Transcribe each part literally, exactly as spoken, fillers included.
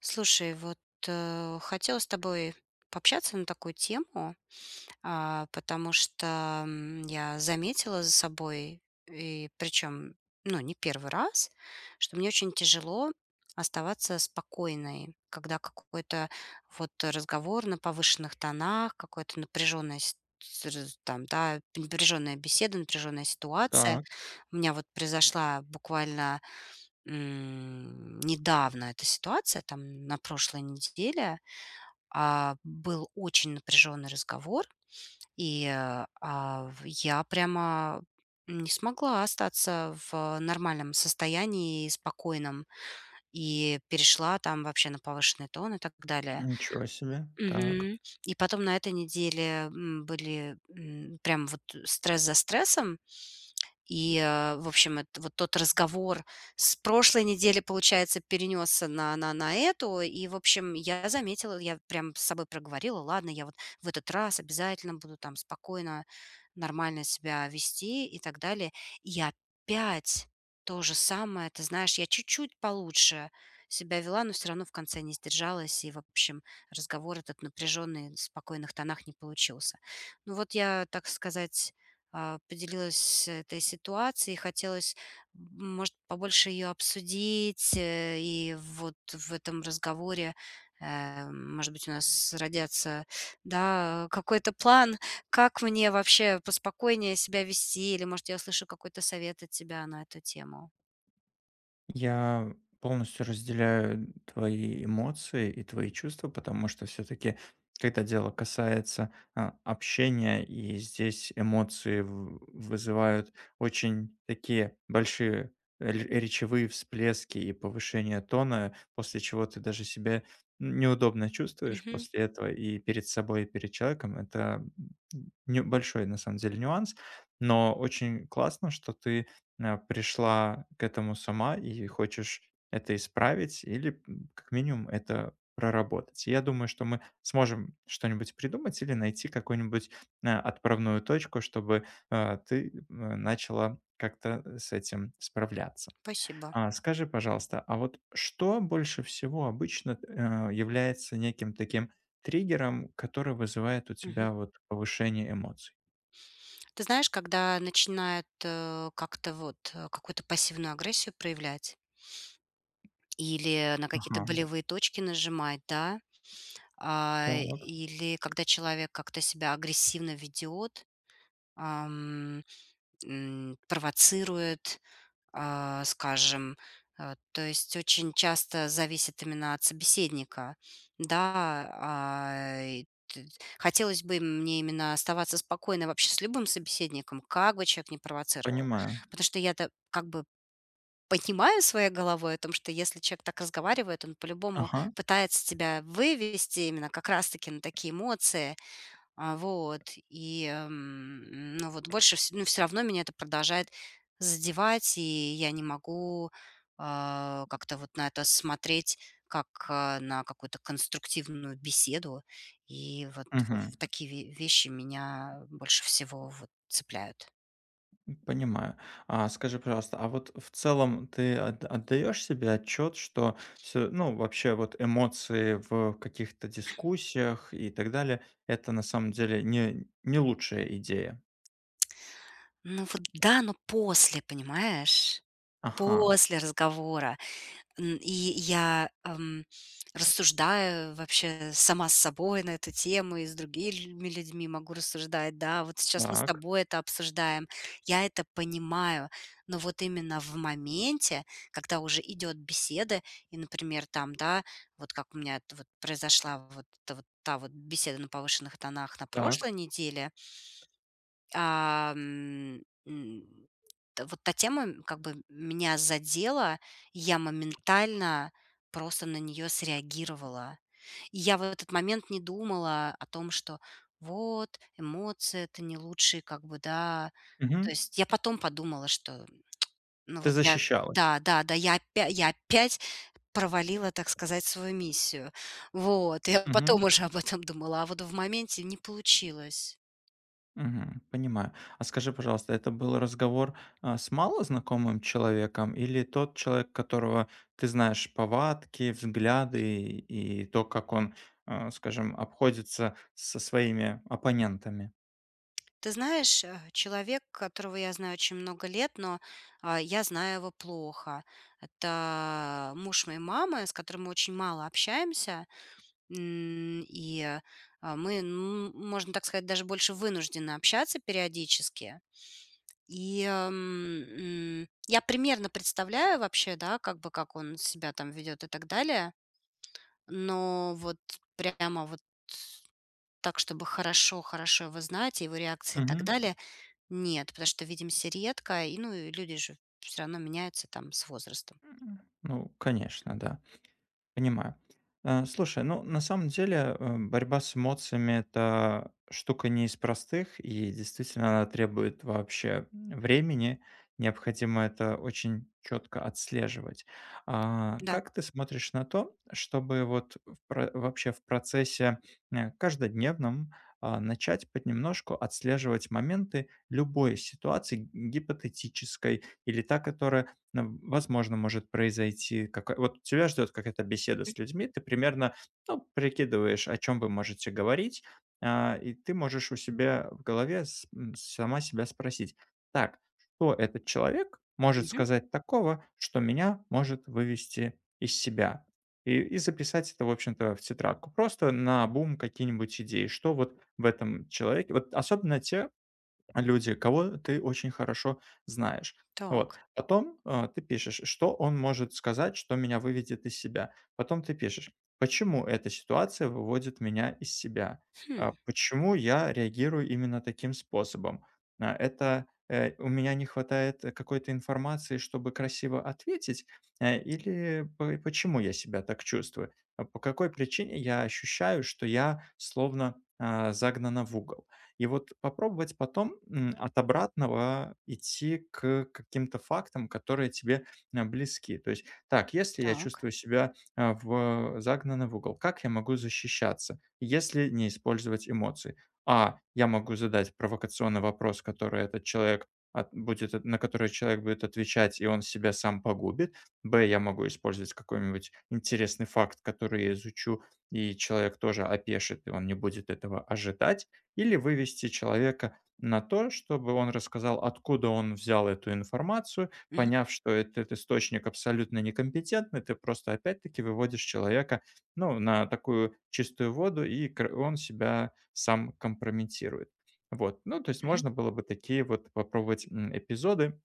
Слушай, вот э, хотела с тобой пообщаться на такую тему, а, потому что м, я заметила за собой, и причем, ну, не первый раз, что мне очень тяжело оставаться спокойной, когда какой-то вот разговор на повышенных тонах, какой-то напряженная с- с- там, да, напряженная беседа, напряженная ситуация. Так, У меня вот произошла буквально М, недавно эта ситуация, там на прошлой неделе, а, был очень напряженный разговор, и э, а, в я прямо не смогла остаться в нормальном состоянии, спокойном, и перешла там вообще на повышенный тон и так далее. ничего себе. Так. Мгм. И потом на этой неделе, м, были, м, прям вот стресс за стрессом. И, э, в общем, это вот тот разговор с прошлой недели, получается, перенесся на на на эту. И, в общем, я заметила, я прям с собой проговорила: "Ладно, я вот в этот раз обязательно буду там спокойно, нормально себя вести", и так далее. И опять то же самое. Ты знаешь, я чуть-чуть получше себя вела, но все равно в конце не сдержалась. И, в общем, разговор этот напряженный в спокойных тонах не получился. Ну вот я, так сказать, а, поделилась этой ситуацией. Хотелось, м, может, побольше ее обсудить. э, И вот в этом разговоре, э, может быть, у нас родятся, да, какой-то план, как мне вообще поспокойнее себя вести, или, может, я услышу какой-то совет от тебя на эту тему. Я полностью разделяю твои эмоции и твои чувства, потому что все-таки, когда дело касается а, общения, и здесь эмоции в- вызывают очень такие большие р- речевые всплески и повышение тона, после чего ты даже себя неудобно чувствуешь Мгм. после этого и перед собой, и перед человеком. Это м, небольшой, на самом деле, нюанс, но очень классно, что ты э, пришла к этому сама и хочешь это исправить или, м, как минимум, это проработать. И я думаю, что мы сможем что-нибудь придумать или найти какую-нибудь, э, отправную точку, чтобы, э, ты, м, начала как-то э, с этим справляться. Спасибо. А, скажи, пожалуйста, а вот что больше всего обычно, э, является неким таким триггером, который вызывает у Мгм. тебя вот повышение эмоций? Ты знаешь, когда начинают э, как-то вот э, какую-то пассивную агрессию проявлять или на какие-то Ага, болевые точки нажимать, да. А, так, Или когда человек как-то себя агрессивно ведет, ам, м, провоцирует, а, скажем. Э, то есть очень часто зависит именно от собеседника. Да, а, и т хотелось бы мне именно оставаться спокойной вообще с любым собеседником, как бы человек не провоцировал. понимаю. Потому что я-то как бы понимаю своей головой о том, что если человек так разговаривает, он по-любому Ага, пытается тебя вывести именно как раз-таки на такие эмоции. А, вот. И, эм, ну, вот больше вс ну, все равно меня это продолжает задевать, и я не могу, а, как-то вот на это смотреть как, а, на какую-то конструктивную беседу. И вот вот мгм. вот такие ве вещи меня больше всего вот цепляют. Понимаю. А скажи, пожалуйста, а вот в целом ты от- отдаешь себе отчет, что все, ну, вообще вот эмоции в каких-то дискуссиях и так далее, это на самом деле не, не лучшая идея. Ну вот да, но после, понимаешь? Ага. После разговора. М, и я, ам, рассуждаю вообще сама с собой на эту тему и с другими людьми могу рассуждать. Да, вот сейчас мы с Так, тобой это обсуждаем. Я это понимаю, но вот именно в моменте, когда уже идет беседа и, например, там, да, вот как у меня это вот произошла вот эта вот та вот беседа на повышенных тонах на так. прошлой неделе. Ам, м, м, т Вот та тема, м, как бы меня задела, и я моментально просто на нее среагировала. И я в этот момент не думала о том, что вот эмоции — это не лучшие как бы, да. То Мгм. есть я потом подумала, что, ну, Ты вот я, защищалась. да, да, да, я опя я опять провалила, так сказать, свою миссию. Вот, я потом уже об этом думала, а вот в моменте не получилось. Мгм. Понимаю. А скажи, пожалуйста, это был разговор, а, с малознакомым человеком или тот человек, которого ты знаешь повадки, взгляды и и то, как он, а, скажем, обходится со своими оппонентами? Ты знаешь, э, человек, которого я знаю очень много лет, но а, я знаю его плохо. Это муж моей мамы, с которым мы очень мало общаемся, м, и э, а, мы, ну, можно так сказать, даже больше вынуждены общаться периодически. И эм, м, я примерно представляю вообще, да, как бы как он себя там ведет и так далее, но вот прямо вот так, чтобы хорошо-хорошо его знать, его реакции и так Мгм. далее, нет, потому что видимся редко, и, ну, и люди же все равно меняются там с возрастом. Ну, конечно, да. Понимаю. Э, слушай, ну, на самом деле, э, борьба с эмоциями — это штука не из простых, и действительно она требует вообще времени. Необходимо это очень четко отслеживать. А Да. как ты смотришь на то, чтобы вот в про вообще в процессе, э, каждодневном, а, начать понемножку отслеживать моменты любой ситуации г- гипотетической или та, которая, ну, возможно, может произойти, какая вот тебя ждет какая-то беседа Мгм. с людьми, ты примерно, ну, прикидываешь, о чем вы можете говорить, а, и ты можешь у себя в голове с м, сама себя спросить: "Так, что этот человек может Мгм. сказать такого, что меня может вывести из себя?" И и записать это, в общем-то, в тетрадку. Просто на бум какие-нибудь идеи, что вот в этом человеке вот особенно те, люди, кого ты очень хорошо знаешь. Вот. Так. Потом э, ты пишешь, что он может сказать, что меня выведет из себя. Потом ты пишешь, почему эта ситуация выводит меня из себя, Хм. А, почему я реагирую именно таким способом. А, Это э, у меня не хватает э, какой-то информации, чтобы красиво ответить, э, или по- почему я себя так чувствую, а по какой причине я ощущаю, что я словно а, загнана в угол. И вот попробовать потом, м, от обратного идти к каким-то фактам, которые тебе, а, близки. То есть: "Так, если я Так. чувствую себя, а, в загнанный в угол, как я могу защищаться, если не использовать эмоции?" А: "Я могу задать провокационный вопрос, который этот человек от будет от- на который человек будет отвечать, и он себя сам погубит". Б: "Я могу использовать какой-нибудь интересный факт, который я изучу, и человек тоже опешит, и он не будет этого ожидать" или вывести человека на то, чтобы он рассказал, откуда он взял эту информацию, Мгм. поняв, что этот источник абсолютно некомпетентный, ты просто опять-таки выводишь человека, ну, на такую чистую воду, и кр- он себя сам компрометирует. Вот, ну, то есть Мгм. можно было бы такие вот попробовать м, эпизоды,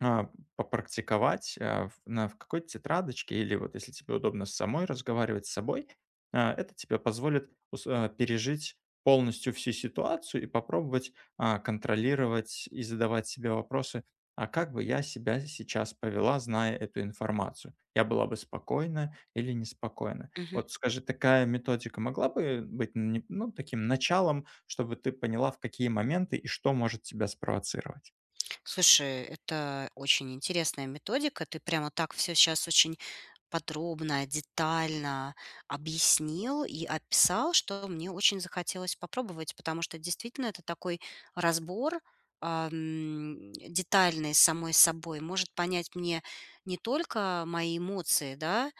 а, попрактиковать, а, в на в какой-то тетрадочке или вот, если тебе удобно с самой разговаривать с собой, а, это тебе позволит ус а, пережить полностью всю ситуацию и попробовать, а, контролировать и задавать себе вопросы: "А как бы я себя сейчас повела, зная эту информацию? Я была бы спокойна или неспокойна?" Мгм. Вот скажи, такая методика могла бы быть не ну, таким началом, чтобы ты поняла, в какие моменты и что может тебя спровоцировать? Слушай, это очень интересная методика. Ты прямо так все сейчас очень подробно, детально объяснил и описал, что мне очень захотелось попробовать, потому что действительно это такой разбор, ам, детальный с самой собой, может понять мне не только мои эмоции, да,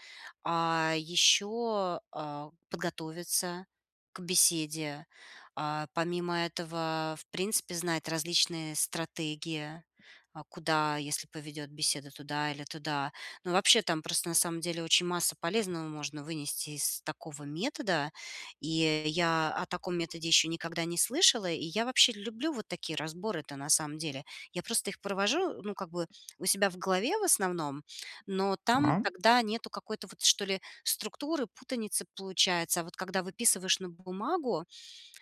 а еще, а, подготовиться к беседе. А, помимо этого, в принципе, знать различные стратегии, а, куда, если поведет беседа туда или туда. Ну, вообще, там просто на самом деле очень масса полезного можно вынести из такого метода. И я о таком методе еще никогда не слышала. И я вообще люблю вот такие разборы-то на самом деле. Я просто их провожу, ну, как бы у себя в голове в основном, но там А? тогда нету какой-то вот, что ли, структуры, путаницы получается. А вот когда выписываешь на бумагу,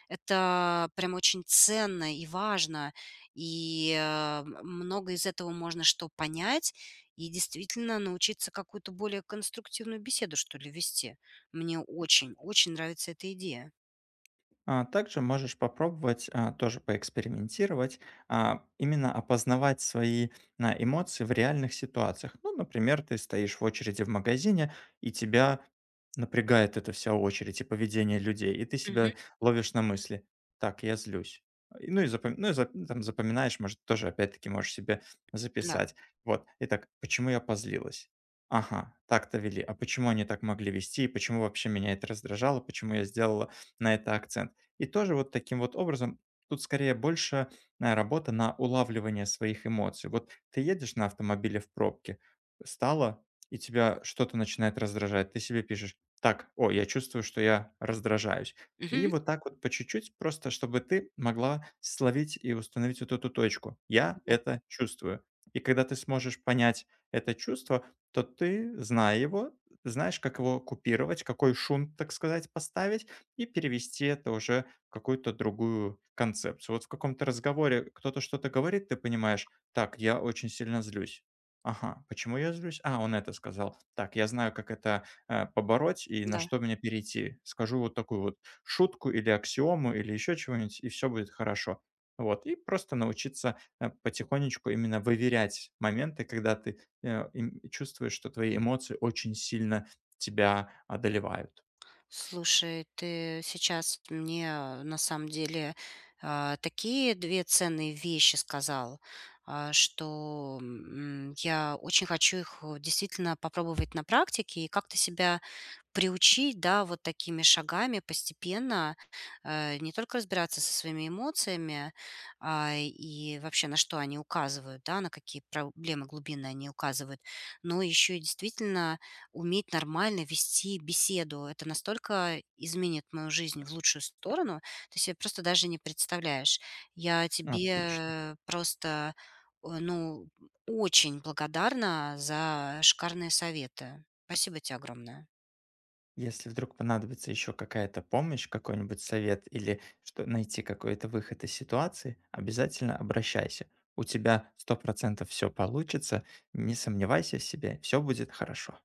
это прям очень ценно и важно, и, э, много из этого можно что понять и действительно научиться какую-то более конструктивную беседу, что ли, вести. Мне очень, очень нравится эта идея. А, также можешь попробовать, а, тоже поэкспериментировать, а, именно опознавать свои а, эмоции в реальных ситуациях. Ну, например, ты стоишь в очереди в магазине, и тебя напрягает эта вся очередь и поведение людей, и ты Мгм. себя ловишь на мысли: "Так, я злюсь". И, ну и запом ну и зап ну, там запоминаешь, может, тоже опять-таки можешь себе Да. записать. Вот. Итак, почему я позлилась? Ага, так-то вели. А почему они так могли вести? И почему вообще меня это раздражало? Почему я сделала на это акцент? И тоже вот таким вот образом тут скорее больше, э, работа на улавливание своих эмоций. Вот ты едешь на автомобиле в пробке, стало, и тебя что-то начинает раздражать. Ты себе пишешь: так, о, я чувствую, что я раздражаюсь. И Мгм. вот так вот по чуть-чуть, просто чтобы ты могла словить и установить вот эту точку. Я Понятно. это чувствую. И когда ты сможешь понять это чувство, то ты, зная его, знаешь, как его купировать, какой шум, так сказать, поставить и перевести это уже в какую-то другую концепцию. Вот в каком-то разговоре кто-то что-то говорит, ты понимаешь, так, я очень сильно злюсь. Ага, почему я злюсь? А, он это сказал. Так, я знаю, как это э, побороть и на Да. что меня перейти. Скажу вот такую вот шутку, или аксиому, или еще чего-нибудь, и все будет хорошо. Вот, и просто научиться э, потихонечку именно выверять моменты, когда ты э, им- чувствуешь, что твои эмоции очень сильно тебя одолевают. Слушай, ты сейчас мне, э, на самом деле, а, такие две ценные вещи сказал, а, что, м, я очень хочу их, э, действительно попробовать на практике и как-то себя приучить, да, вот такими шагами постепенно, э, не только разбираться со своими эмоциями, а, и вообще на что они указывают, да, на какие проблемы глубинные они указывают, но еще и действительно уметь нормально вести беседу. Это настолько изменит мою жизнь в лучшую сторону, ты себе просто даже не представляешь. Я Отлично. тебе просто, э, ну, очень благодарна за шикарные советы. Спасибо тебе огромное. Если вдруг понадобится еще какая-то помощь, какой-нибудь совет или что найти какой-то выход из ситуации, обязательно обращайся. У тебя сто процентов все получится, не сомневайся в себе, все будет хорошо.